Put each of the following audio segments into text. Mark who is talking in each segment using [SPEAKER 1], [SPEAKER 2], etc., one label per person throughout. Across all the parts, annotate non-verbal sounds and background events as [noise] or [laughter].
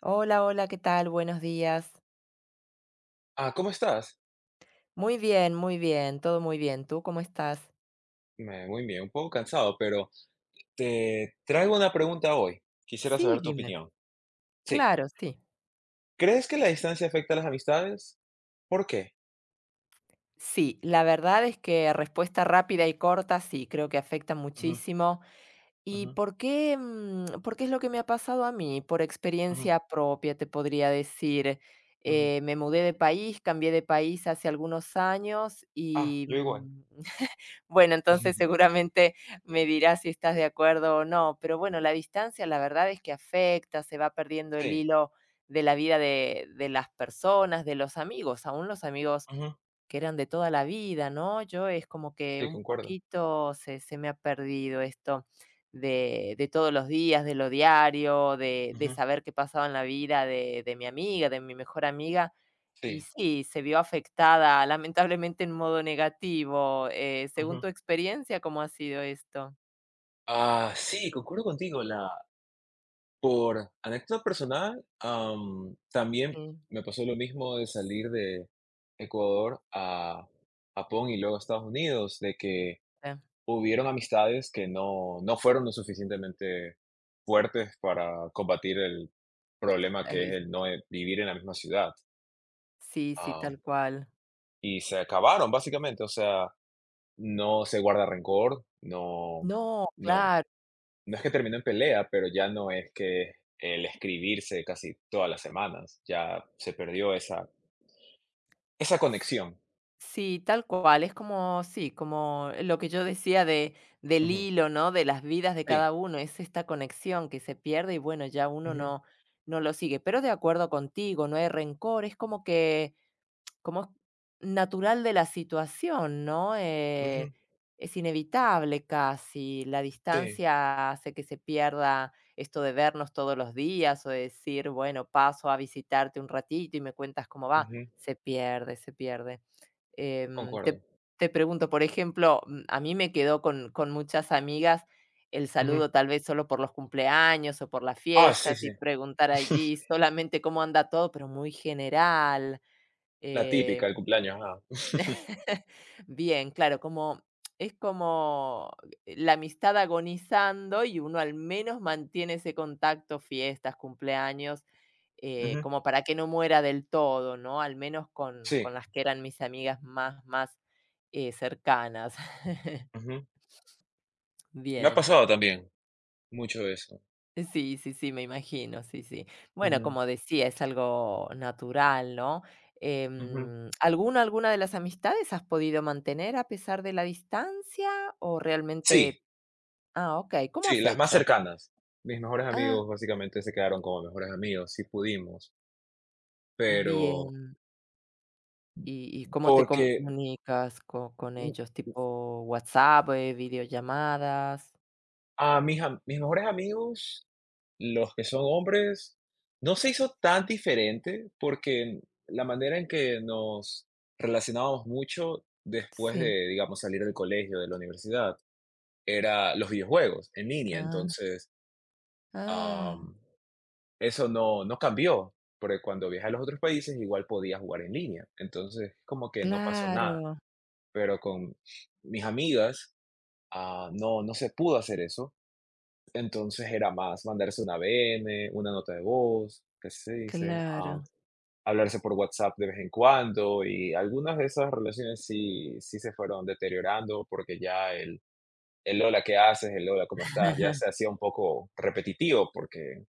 [SPEAKER 1] Hola, hola, ¿qué tal? Buenos días.
[SPEAKER 2] Ah, ¿cómo estás?
[SPEAKER 1] Muy bien, todo muy bien. ¿Tú cómo estás?
[SPEAKER 2] Muy bien, un poco cansado, pero te traigo una pregunta hoy. Quisiera
[SPEAKER 1] Sí,
[SPEAKER 2] saber tu
[SPEAKER 1] dime.
[SPEAKER 2] opinión. Sí.
[SPEAKER 1] Claro, sí.
[SPEAKER 2] ¿Crees que la distancia afecta a las amistades? ¿Por qué?
[SPEAKER 1] Sí, la verdad es que respuesta rápida y corta, sí, creo que afecta
[SPEAKER 2] Ujú,
[SPEAKER 1] muchísimo. ¿Y
[SPEAKER 2] ujú,
[SPEAKER 1] por qué? ¿Por qué es lo que me ha pasado a mí? Por
[SPEAKER 2] ujú,
[SPEAKER 1] experiencia propia, te podría decir.
[SPEAKER 2] ujú.
[SPEAKER 1] Me mudé de país, cambié de país hace algunos años
[SPEAKER 2] Ah,
[SPEAKER 1] y,
[SPEAKER 2] yo igual.
[SPEAKER 1] bueno, entonces
[SPEAKER 2] Ujú.
[SPEAKER 1] seguramente me dirás si estás de acuerdo o no, pero bueno, la distancia la verdad es que afecta, se va perdiendo el
[SPEAKER 2] Sí,
[SPEAKER 1] hilo de la vida de las personas, de los amigos, aún los amigos
[SPEAKER 2] ujú,
[SPEAKER 1] que eran de toda la vida, ¿no? Yo es como que
[SPEAKER 2] sí,
[SPEAKER 1] un
[SPEAKER 2] concuerdo.
[SPEAKER 1] poquito se me ha perdido esto de todos los días, de lo diario, de
[SPEAKER 2] Ujú.
[SPEAKER 1] saber qué pasaba en la vida de mi amiga, de mi mejor amiga. Y
[SPEAKER 2] Sí.
[SPEAKER 1] sí, se vio afectada, lamentablemente en modo negativo. Según tu
[SPEAKER 2] Ujú.
[SPEAKER 1] experiencia, ¿cómo ha sido esto?
[SPEAKER 2] Ah, sí, concuerdo contigo. Por anécdota personal, también
[SPEAKER 1] Sí,
[SPEAKER 2] me pasó lo mismo de salir de Ecuador a Japón y luego a Estados Unidos, de que
[SPEAKER 1] ah,
[SPEAKER 2] hubieron amistades que no fueron lo suficientemente fuertes para combatir el problema
[SPEAKER 1] ah,
[SPEAKER 2] que
[SPEAKER 1] di
[SPEAKER 2] es el no, vivir en la misma ciudad,
[SPEAKER 1] sí, sí,
[SPEAKER 2] am,
[SPEAKER 1] tal cual.
[SPEAKER 2] y se acabaron básicamente, o sea, no se guarda rencor, no,
[SPEAKER 1] No,
[SPEAKER 2] no,
[SPEAKER 1] claro.
[SPEAKER 2] no es que terminó en pelea, pero ya no es que el escribirse casi todas las semanas, ya se perdió esa
[SPEAKER 1] S
[SPEAKER 2] conexión.
[SPEAKER 1] sí, tal cual. Es como sí, como lo que yo decía de del
[SPEAKER 2] Ujú.
[SPEAKER 1] hilo, ¿no?, de las vidas de cada
[SPEAKER 2] Sí.
[SPEAKER 1] uno. Es esta conexión que se pierde y, bueno, ya uno
[SPEAKER 2] Ujú,
[SPEAKER 1] no lo sigue. Pero de acuerdo contigo, no hay rencor. Es como que como natural de la situación, ¿no?
[SPEAKER 2] ujú.
[SPEAKER 1] Es inevitable casi. La
[SPEAKER 2] Sí,
[SPEAKER 1] distancia hace que se pierda esto de vernos todos los días o de decir, bueno, paso a visitarte un ratito y me cuentas cómo va.
[SPEAKER 2] ujú,
[SPEAKER 1] Se pierde, se pierde. Em, te,
[SPEAKER 2] concuerdo.
[SPEAKER 1] Te pregunto, por ejemplo, a mí me quedó con muchas amigas el
[SPEAKER 2] Ujú.
[SPEAKER 1] saludo tal vez solo por los cumpleaños o por las
[SPEAKER 2] Ah, sí,
[SPEAKER 1] fiestas y
[SPEAKER 2] sí.
[SPEAKER 1] preguntar
[SPEAKER 2] [laughs]
[SPEAKER 1] allí solamente cómo anda todo, pero muy general.
[SPEAKER 2] La
[SPEAKER 1] eh,
[SPEAKER 2] típica, el cumpleaños, ajá.
[SPEAKER 1] [laughs] Bien, claro, como es como la amistad agonizando y uno al menos mantiene ese contacto, fiestas, cumpleaños,
[SPEAKER 2] Ujú.
[SPEAKER 1] como para que no muera del todo, ¿no? Al menos
[SPEAKER 2] Sí.
[SPEAKER 1] con las que eran mis amigas más cercanas. [laughs]
[SPEAKER 2] Ujú. Me ha
[SPEAKER 1] Bien.
[SPEAKER 2] pasado también mucho eso.
[SPEAKER 1] Sí, sí, sí, me imagino, sí, sí. Bueno,
[SPEAKER 2] Ujú,
[SPEAKER 1] como decía, es algo natural, ¿no?
[SPEAKER 2] ujú.
[SPEAKER 1] ¿Alguna, alguna de las amistades has podido mantener a pesar de la distancia o
[SPEAKER 2] Sí,
[SPEAKER 1] realmente? Ah, ok, ¿cómo
[SPEAKER 2] sí,
[SPEAKER 1] has
[SPEAKER 2] las más
[SPEAKER 1] hecho?
[SPEAKER 2] cercanas. Mis mejores
[SPEAKER 1] Ah,
[SPEAKER 2] amigos básicamente se quedaron como mejores amigos, si pudimos, pero
[SPEAKER 1] bien. Y cómo te
[SPEAKER 2] porque
[SPEAKER 1] comunicas co- con
[SPEAKER 2] mm,
[SPEAKER 1] ellos? ¿Tipo WhatsApp, videollamadas?
[SPEAKER 2] a mis mejores amigos, los que son hombres, no se hizo tan diferente porque la manera en que nos relacionábamos mucho después
[SPEAKER 1] Sí.
[SPEAKER 2] de, digamos, salir del colegio, de la universidad, era los videojuegos en línea.
[SPEAKER 1] Ah,
[SPEAKER 2] Entonces,
[SPEAKER 1] ah,
[SPEAKER 2] am, eso no cambió, porque cuando viajé a los otros países igual podía jugar en línea. Entonces, como que no pasó nada.
[SPEAKER 1] claro,
[SPEAKER 2] Pero con mis amigas, ah, no, no se pudo hacer eso. Entonces era más mandarse una VN, una nota de voz, que se dice,
[SPEAKER 1] claro.
[SPEAKER 2] hablarse por WhatsApp de vez en cuando y algunas de esas relaciones sí, sí se fueron deteriorando porque ya el hola, ¿qué haces? El hola, ¿cómo estás? Ya se hacía un poco repetitivo porque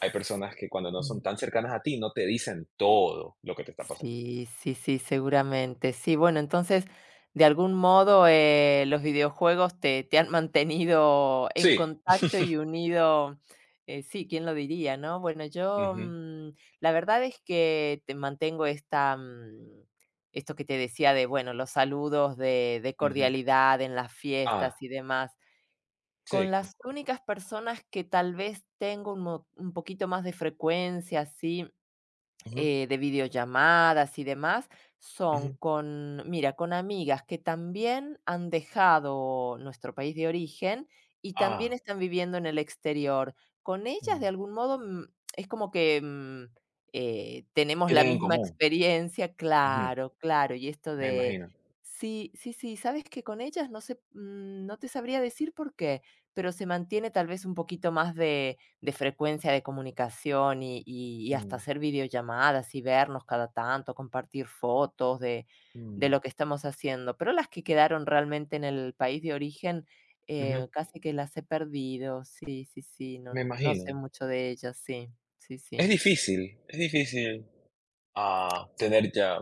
[SPEAKER 2] hay personas que cuando no son tan cercanas a ti no te dicen todo lo que te está pasando.
[SPEAKER 1] Sí, sí, sí, seguramente. Sí, bueno, entonces, de algún modo, los videojuegos te han mantenido en
[SPEAKER 2] Sí.
[SPEAKER 1] contacto y unido, sí, quién lo diría, ¿no? Bueno, yo,
[SPEAKER 2] Ujú,
[SPEAKER 1] la verdad es que te mantengo esta, esto que te decía de, bueno, los saludos de
[SPEAKER 2] ujú.
[SPEAKER 1] cordialidad en las
[SPEAKER 2] Ah,
[SPEAKER 1] fiestas y demás. Con
[SPEAKER 2] sí,
[SPEAKER 1] las
[SPEAKER 2] concuerdo.
[SPEAKER 1] únicas personas que tal vez tengo un mo un poquito más de frecuencia, así
[SPEAKER 2] Ujú,
[SPEAKER 1] de videollamadas y demás, son
[SPEAKER 2] ujú.
[SPEAKER 1] con, mira, con amigas que también han dejado nuestro país de origen y también
[SPEAKER 2] Ah,
[SPEAKER 1] están viviendo en el exterior. Con ellas, de
[SPEAKER 2] mm.
[SPEAKER 1] algún modo, es como que tenemos la
[SPEAKER 2] Tienen en
[SPEAKER 1] misma
[SPEAKER 2] común.
[SPEAKER 1] experiencia,
[SPEAKER 2] Ujú,
[SPEAKER 1] claro, claro, y esto
[SPEAKER 2] me
[SPEAKER 1] de...
[SPEAKER 2] imagino.
[SPEAKER 1] Sí, sí, sí, sabes que con ellas no sé, no te sabría decir por qué, pero se mantiene tal vez un poquito más de frecuencia de comunicación y hasta
[SPEAKER 2] Mm,
[SPEAKER 1] hacer videollamadas y vernos cada tanto, compartir fotos de
[SPEAKER 2] mm,
[SPEAKER 1] lo que estamos haciendo, pero las que quedaron realmente en el país de origen,
[SPEAKER 2] ujú,
[SPEAKER 1] casi que las he perdido. Sí, sí, sí,
[SPEAKER 2] me
[SPEAKER 1] no
[SPEAKER 2] imagino.
[SPEAKER 1] sé mucho de ellas, sí, sí, sí,
[SPEAKER 2] Es difícil, ah, tener ya,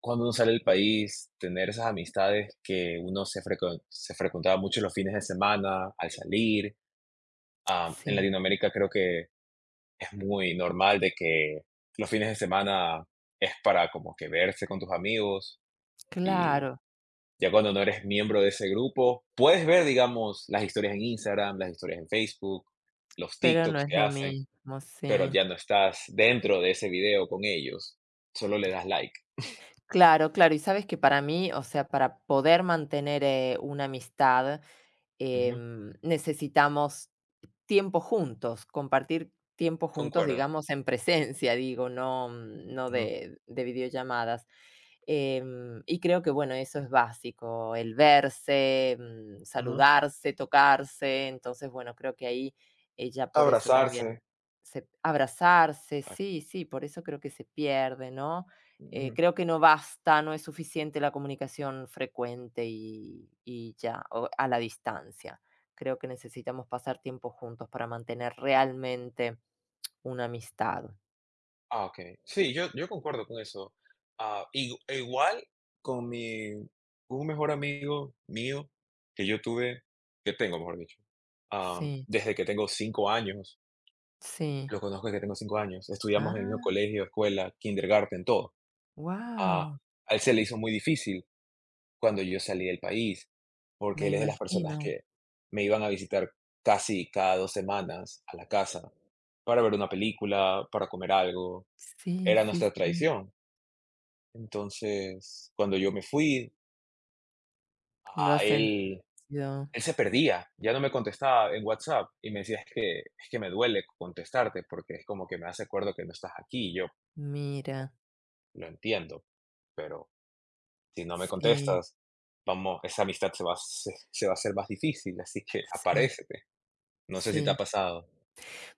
[SPEAKER 2] cuando uno sale del país, tener esas amistades que uno se frecuentaba mucho los fines de semana al salir. En
[SPEAKER 1] sí.
[SPEAKER 2] Latinoamérica creo que es muy normal de que los fines de semana es para como que verse con tus amigos y
[SPEAKER 1] Claro,
[SPEAKER 2] ya cuando no eres miembro de ese grupo, puedes ver, digamos, las historias en Instagram, las historias en Facebook, los
[SPEAKER 1] pero no
[SPEAKER 2] TikToks
[SPEAKER 1] es
[SPEAKER 2] que
[SPEAKER 1] lo
[SPEAKER 2] hacen,
[SPEAKER 1] mismo,
[SPEAKER 2] pero
[SPEAKER 1] sí.
[SPEAKER 2] ya no estás dentro de ese video con ellos, solo le das like.
[SPEAKER 1] Claro, claro, y sabes que para mí, o sea, para poder mantener, una amistad,
[SPEAKER 2] Ujú,
[SPEAKER 1] necesitamos tiempo juntos, compartir tiempo juntos,
[SPEAKER 2] concuerdo.
[SPEAKER 1] digamos, en presencia, digo, no
[SPEAKER 2] Ujú,
[SPEAKER 1] de, de videollamadas. Y creo que, bueno, eso es básico, el verse,
[SPEAKER 2] ujú.
[SPEAKER 1] saludarse, tocarse. Entonces, bueno, creo que ahí ella por eso también
[SPEAKER 2] Abrazarse.
[SPEAKER 1] se abrazarse,
[SPEAKER 2] Ah,
[SPEAKER 1] sí, sí, por eso creo que se pierde, ¿no?
[SPEAKER 2] ujú.
[SPEAKER 1] Creo que no basta, no es suficiente la comunicación frecuente y ya, o a la distancia. Creo que necesitamos pasar tiempo juntos para mantener realmente una amistad.
[SPEAKER 2] Ah, okey. Sí, yo concuerdo con eso. Ah, igual con mi un mejor amigo mío que yo tuve, que tengo, mejor dicho,
[SPEAKER 1] Sí,
[SPEAKER 2] desde que tengo 5 años,
[SPEAKER 1] sí.
[SPEAKER 2] lo conozco desde que tengo 5 años, estudiamos en el mismo
[SPEAKER 1] Ah,
[SPEAKER 2] colegio, escuela, kindergarten, todo. Ah,
[SPEAKER 1] wow,
[SPEAKER 2] a él se le hizo muy difícil cuando yo salí del país,
[SPEAKER 1] me
[SPEAKER 2] porque él es de las personas
[SPEAKER 1] imagino.
[SPEAKER 2] que me iban a visitar casi cada 2 semanas a la casa para ver una película, para comer algo,
[SPEAKER 1] Sí,
[SPEAKER 2] era
[SPEAKER 1] sí,
[SPEAKER 2] nuestra
[SPEAKER 1] sí.
[SPEAKER 2] tradición. Entonces, cuando yo me fui,
[SPEAKER 1] Lo has
[SPEAKER 2] a él
[SPEAKER 1] sentido.
[SPEAKER 2] él se perdía, ya no me contestaba en WhatsApp y me decía: "Es que me duele contestarte porque es como que me hace acuerdo que no estás aquí". Y yo:
[SPEAKER 1] Mira,
[SPEAKER 2] "Lo entiendo, pero si no me
[SPEAKER 1] sí,
[SPEAKER 2] contestas, vamos, esa amistad se va a hacer más difícil, así que
[SPEAKER 1] sí,
[SPEAKER 2] aparécete". No sé si te
[SPEAKER 1] sí.
[SPEAKER 2] ha pasado.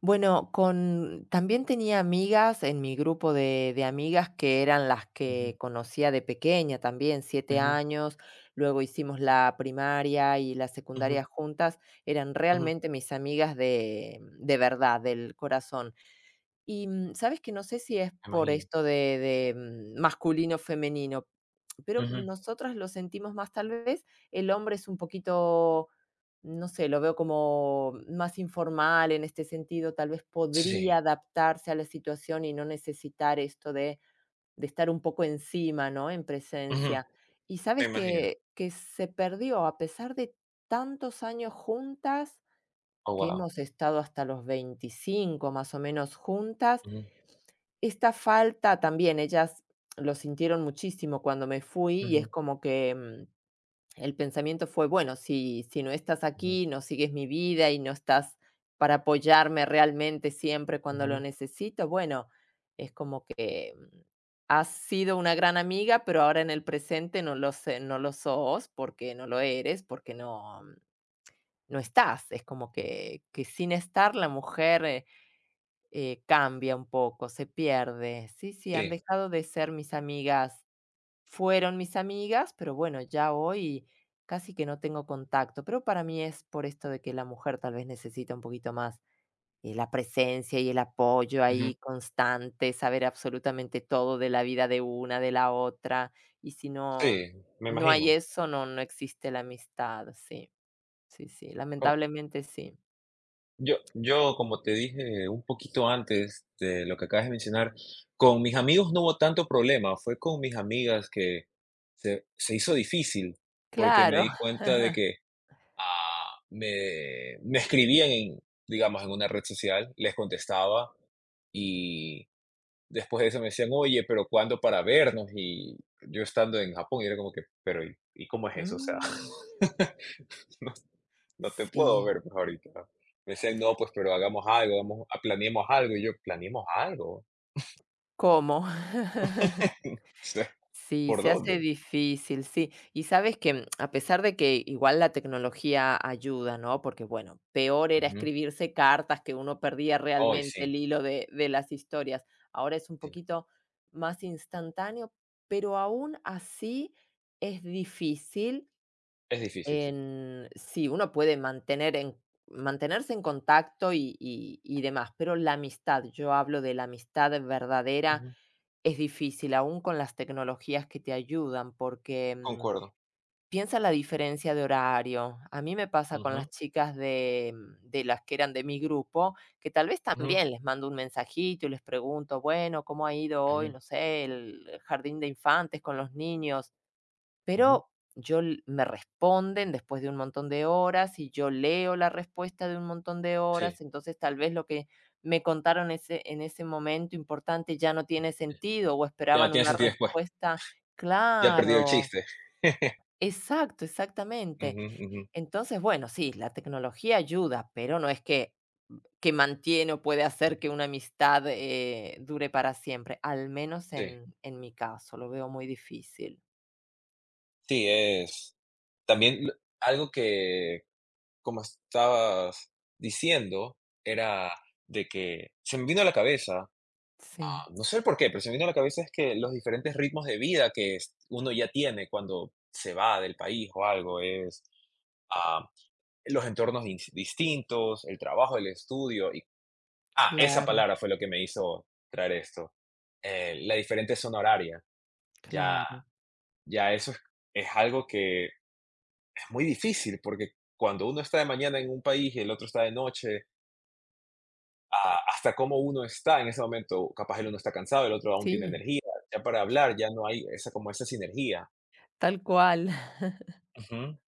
[SPEAKER 1] Bueno, con también tenía amigas en mi grupo de amigas que eran las
[SPEAKER 2] Ujú,
[SPEAKER 1] que conocía de pequeña también, siete
[SPEAKER 2] ujú,
[SPEAKER 1] años, luego hicimos la primaria y la
[SPEAKER 2] ujú,
[SPEAKER 1] secundaria juntas, eran
[SPEAKER 2] ujú,
[SPEAKER 1] realmente mis amigas de verdad, del corazón. Y, ¿sabes que no sé si es
[SPEAKER 2] me
[SPEAKER 1] por
[SPEAKER 2] imagino.
[SPEAKER 1] esto de, masculino, femenino, pero
[SPEAKER 2] Ujú,
[SPEAKER 1] nosotras lo sentimos más tal vez, el hombre es un poquito, no sé, lo veo como más informal en este sentido, tal vez podría
[SPEAKER 2] sí,
[SPEAKER 1] adaptarse a la situación y no necesitar esto de estar un poco encima, ¿no? En
[SPEAKER 2] ujú,
[SPEAKER 1] presencia. Y
[SPEAKER 2] me
[SPEAKER 1] sabes
[SPEAKER 2] imagino.
[SPEAKER 1] que se perdió a pesar de tantos años juntas,
[SPEAKER 2] Oh,
[SPEAKER 1] que
[SPEAKER 2] wow.
[SPEAKER 1] hemos estado hasta los 25 más o menos juntas,
[SPEAKER 2] Ujú,
[SPEAKER 1] esta falta también, ellas lo sintieron muchísimo cuando me fui y es
[SPEAKER 2] ujú,
[SPEAKER 1] como que, el pensamiento fue, bueno, si no estás
[SPEAKER 2] ujú,
[SPEAKER 1] aquí, no sigues mi vida y no estás para apoyarme realmente siempre cuando lo
[SPEAKER 2] ujú,
[SPEAKER 1] necesito, bueno, es como que, has sido una gran amiga, pero ahora en el presente no lo sos, porque no lo eres, porque no no estás. Es como que sin estar la mujer, cambia un poco, se pierde. Sí, sí, han
[SPEAKER 2] sí,
[SPEAKER 1] dejado de ser mis amigas. Fueron mis amigas, pero bueno, ya hoy casi que no tengo contacto. Pero para mí es por esto de que la mujer tal vez necesita un poquito más la presencia y el apoyo ahí constante, saber absolutamente todo de la vida de una, de la otra. Y si
[SPEAKER 2] sí,
[SPEAKER 1] no,
[SPEAKER 2] me
[SPEAKER 1] no hay
[SPEAKER 2] imagino.
[SPEAKER 1] eso, no, no existe la amistad. Sí, sí, sí.
[SPEAKER 2] Co-
[SPEAKER 1] Lamentablemente sí.
[SPEAKER 2] Yo, como te dije un poquito antes de lo que acabas de mencionar, con mis amigos no hubo tanto problema, fue con mis amigas que se hizo difícil, porque me
[SPEAKER 1] Claro.
[SPEAKER 2] di
[SPEAKER 1] [laughs]
[SPEAKER 2] cuenta de que ah, me escribían en, digamos, en una red social, les contestaba y después de eso me decían, oye, pero ¿cuándo para vernos? Y yo estando en Japón, y era como que, pero ¿y cómo es eso? O sea,
[SPEAKER 1] Mm,
[SPEAKER 2] [laughs] no No te puedo
[SPEAKER 1] sí.
[SPEAKER 2] ver, pues, ahorita. Me decían: "No, pues, pero hagamos algo, planeemos algo", y yo: "¿Planeemos algo?
[SPEAKER 1] ¿Cómo? [laughs]
[SPEAKER 2] [laughs]
[SPEAKER 1] Sí,
[SPEAKER 2] ¿Por
[SPEAKER 1] se hace
[SPEAKER 2] dónde?".
[SPEAKER 1] difícil, sí. Y sabes que a pesar de que igual la tecnología ayuda, ¿no? Porque bueno, peor era
[SPEAKER 2] Ujú.
[SPEAKER 1] escribirse cartas que uno perdía
[SPEAKER 2] Ay,
[SPEAKER 1] realmente el
[SPEAKER 2] sí,
[SPEAKER 1] hilo de las historias. Ahora es un
[SPEAKER 2] sí,
[SPEAKER 1] poquito más instantáneo, pero aún así es difícil
[SPEAKER 2] es difícil, sí.
[SPEAKER 1] en sí, uno puede mantener en mantenerse en contacto y demás, pero la amistad, yo hablo de la amistad verdadera,
[SPEAKER 2] Ujú,
[SPEAKER 1] es difícil, aún con las tecnologías que te ayudan, porque,
[SPEAKER 2] concuerdo.
[SPEAKER 1] piensa la diferencia de horario. A mí me pasa con
[SPEAKER 2] Ujú,
[SPEAKER 1] las chicas de de las que eran de mi grupo, que tal vez
[SPEAKER 2] ujú,
[SPEAKER 1] también les mando un mensajito y les pregunto: "Bueno, ¿cómo ha ido
[SPEAKER 2] ujú,
[SPEAKER 1] hoy, no sé, el jardín de infantes con los niños?".
[SPEAKER 2] ujú.
[SPEAKER 1] Pero yo l me responden después de un montón de horas y yo leo la respuesta de un montón de horas,
[SPEAKER 2] Sí,
[SPEAKER 1] entonces tal vez lo que me contaron ese en ese momento importante ya no tiene sentido o
[SPEAKER 2] ya no
[SPEAKER 1] esperaban
[SPEAKER 2] tiene
[SPEAKER 1] una
[SPEAKER 2] sentido después,
[SPEAKER 1] respuesta
[SPEAKER 2] ya perdió el
[SPEAKER 1] claro,
[SPEAKER 2] chiste. [laughs]
[SPEAKER 1] exacto, exactamente.
[SPEAKER 2] Ujú, ujú,
[SPEAKER 1] Entonces, bueno, sí, la tecnología ayuda, pero no es que mantiene o puede hacer que una amistad, dure para siempre, al menos
[SPEAKER 2] sí.
[SPEAKER 1] en mi caso, lo veo muy difícil.
[SPEAKER 2] Sí, es también l algo que, como estabas diciendo, era de que se me vino a la cabeza. Ah,
[SPEAKER 1] Sí,
[SPEAKER 2] no sé por qué, pero se me vino a la cabeza es que los diferentes ritmos de vida que uno ya tiene cuando se va del país o algo es ah, los entornos distintos, el trabajo, el estudio. Y, ah, esa
[SPEAKER 1] claro.
[SPEAKER 2] palabra fue lo que me hizo traer esto. La diferente zona horaria. Ya,
[SPEAKER 1] Claro,
[SPEAKER 2] ya eso es, algo que es muy difícil porque cuando uno está de mañana en un país y el otro está de noche, hasta cómo uno está en ese momento. Capaz el uno está cansado, el otro aún tiene
[SPEAKER 1] sí,
[SPEAKER 2] energía. Ya para hablar ya no hay esa como esa sinergia.
[SPEAKER 1] tal cual. [laughs]
[SPEAKER 2] Ujú.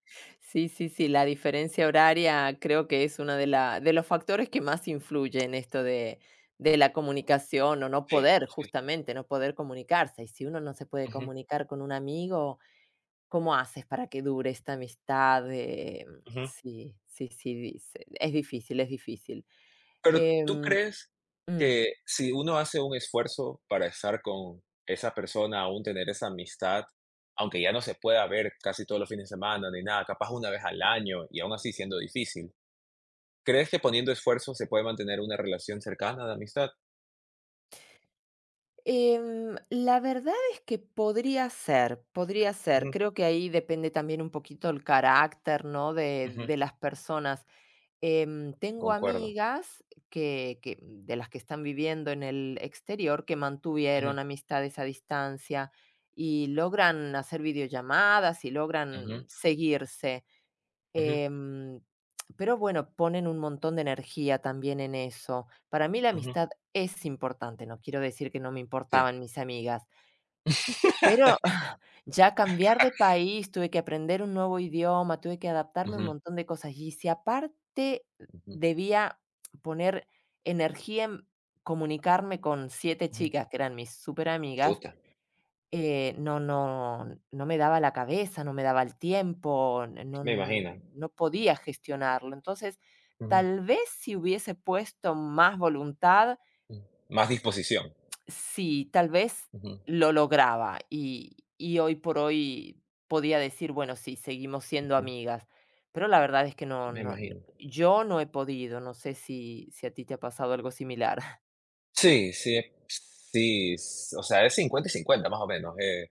[SPEAKER 1] Sí, sí, sí, la diferencia horaria creo que es uno de los factores que más influye en esto de la comunicación o no
[SPEAKER 2] Sí,
[SPEAKER 1] poder,
[SPEAKER 2] sí.
[SPEAKER 1] justamente, no poder comunicarse. Y si uno no se puede
[SPEAKER 2] Ujú,
[SPEAKER 1] comunicar con un amigo, ¿cómo haces para que dure esta amistad?
[SPEAKER 2] ujú.
[SPEAKER 1] Sí, sí, sí, dice- es difícil, es difícil.
[SPEAKER 2] Pero, ¿tú
[SPEAKER 1] Em,
[SPEAKER 2] crees
[SPEAKER 1] mm.
[SPEAKER 2] que si uno hace un esfuerzo para estar con esa persona, aún tener esa amistad, aunque ya no se pueda ver casi todos los fines de semana ni nada, capaz una vez al año y aún así siendo difícil, crees que poniendo esfuerzo se puede mantener una relación cercana de amistad?
[SPEAKER 1] La verdad es que podría ser, podría ser.
[SPEAKER 2] Ujú,
[SPEAKER 1] Creo que ahí depende también un poquito el carácter, ¿no?
[SPEAKER 2] ujú.
[SPEAKER 1] De las personas. Tengo
[SPEAKER 2] Concuerdo.
[SPEAKER 1] amigas de las que están viviendo en el exterior que
[SPEAKER 2] Ujú,
[SPEAKER 1] mantuvieron amistades a distancia y logran hacer videollamadas y logran
[SPEAKER 2] ujú,
[SPEAKER 1] seguirse.
[SPEAKER 2] ujú,
[SPEAKER 1] Em, pero bueno, ponen un montón de energía también en eso. Para mí la
[SPEAKER 2] ujú.
[SPEAKER 1] amistad es importante, no quiero decir que no me
[SPEAKER 2] Sí.
[SPEAKER 1] importaban mis amigas, pero [laughs] ya cambiar de país, tuve que aprender un nuevo idioma, tuve que adaptarme a un
[SPEAKER 2] Ujú,
[SPEAKER 1] montón de cosas. Y si aparte
[SPEAKER 2] ujú,
[SPEAKER 1] debía poner energía en comunicarme con 7
[SPEAKER 2] ujú.
[SPEAKER 1] chicas que eran mis superamigas,
[SPEAKER 2] Chuta,
[SPEAKER 1] eh, no no no me daba la cabeza, no me daba el tiempo, n-
[SPEAKER 2] me imagino.
[SPEAKER 1] no podía gestionarlo. Entonces,
[SPEAKER 2] Ujú,
[SPEAKER 1] tal vez si hubiese puesto más voluntad,
[SPEAKER 2] ujú. Más disposición.
[SPEAKER 1] sí, tal vez
[SPEAKER 2] Ujú,
[SPEAKER 1] lo lograba y hoy por hoy podía decir: "Bueno, sí, seguimos siendo
[SPEAKER 2] ujú.
[SPEAKER 1] amigas". Pero la verdad es que no
[SPEAKER 2] Me
[SPEAKER 1] no no-
[SPEAKER 2] imagino.
[SPEAKER 1] yo no he podido, no sé si a ti te ha pasado algo similar. [laughs]
[SPEAKER 2] Sí, sí, sí, s o sea, es 50 y 50 más o menos,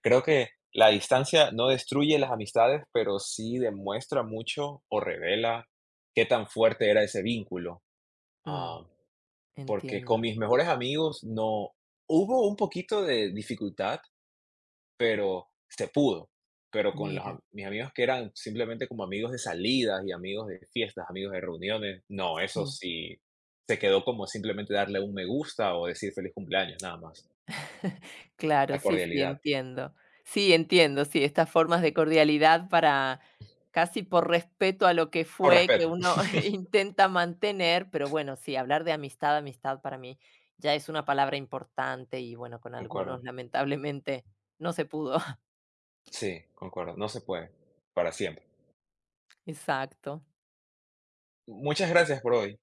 [SPEAKER 2] creo que la
[SPEAKER 1] Sí,
[SPEAKER 2] distancia no destruye las amistades, pero sí demuestra mucho o revela qué tan fuerte era ese vínculo,
[SPEAKER 1] mm,
[SPEAKER 2] ah, porque
[SPEAKER 1] entiendo.
[SPEAKER 2] con mis mejores amigos no hubo un poquito de dificultad pero se pudo. Pero con
[SPEAKER 1] Mira,
[SPEAKER 2] mis amigos que eran simplemente como amigos de salidas y amigos de fiestas, amigos de reuniones, no, eso
[SPEAKER 1] sí.
[SPEAKER 2] sí se quedó como simplemente darle un me gusta o decir feliz cumpleaños, nada más.
[SPEAKER 1] Claro,
[SPEAKER 2] La
[SPEAKER 1] sí, sí,
[SPEAKER 2] cordialidad.
[SPEAKER 1] entiendo. Sí, entiendo, sí, estas formas de cordialidad para casi por respeto a lo que
[SPEAKER 2] Con
[SPEAKER 1] fue, que
[SPEAKER 2] respeto.
[SPEAKER 1] uno
[SPEAKER 2] [laughs]
[SPEAKER 1] [laughs] intenta mantener, pero bueno, sí, hablar de amistad, amistad para mí ya es una palabra importante y bueno, con algunos
[SPEAKER 2] Concuerdo.
[SPEAKER 1] lamentablemente no se pudo. [laughs]
[SPEAKER 2] Sí, concuerdo. No se puede. Para siempre.
[SPEAKER 1] Exacto.
[SPEAKER 2] Muchas gracias por hoy.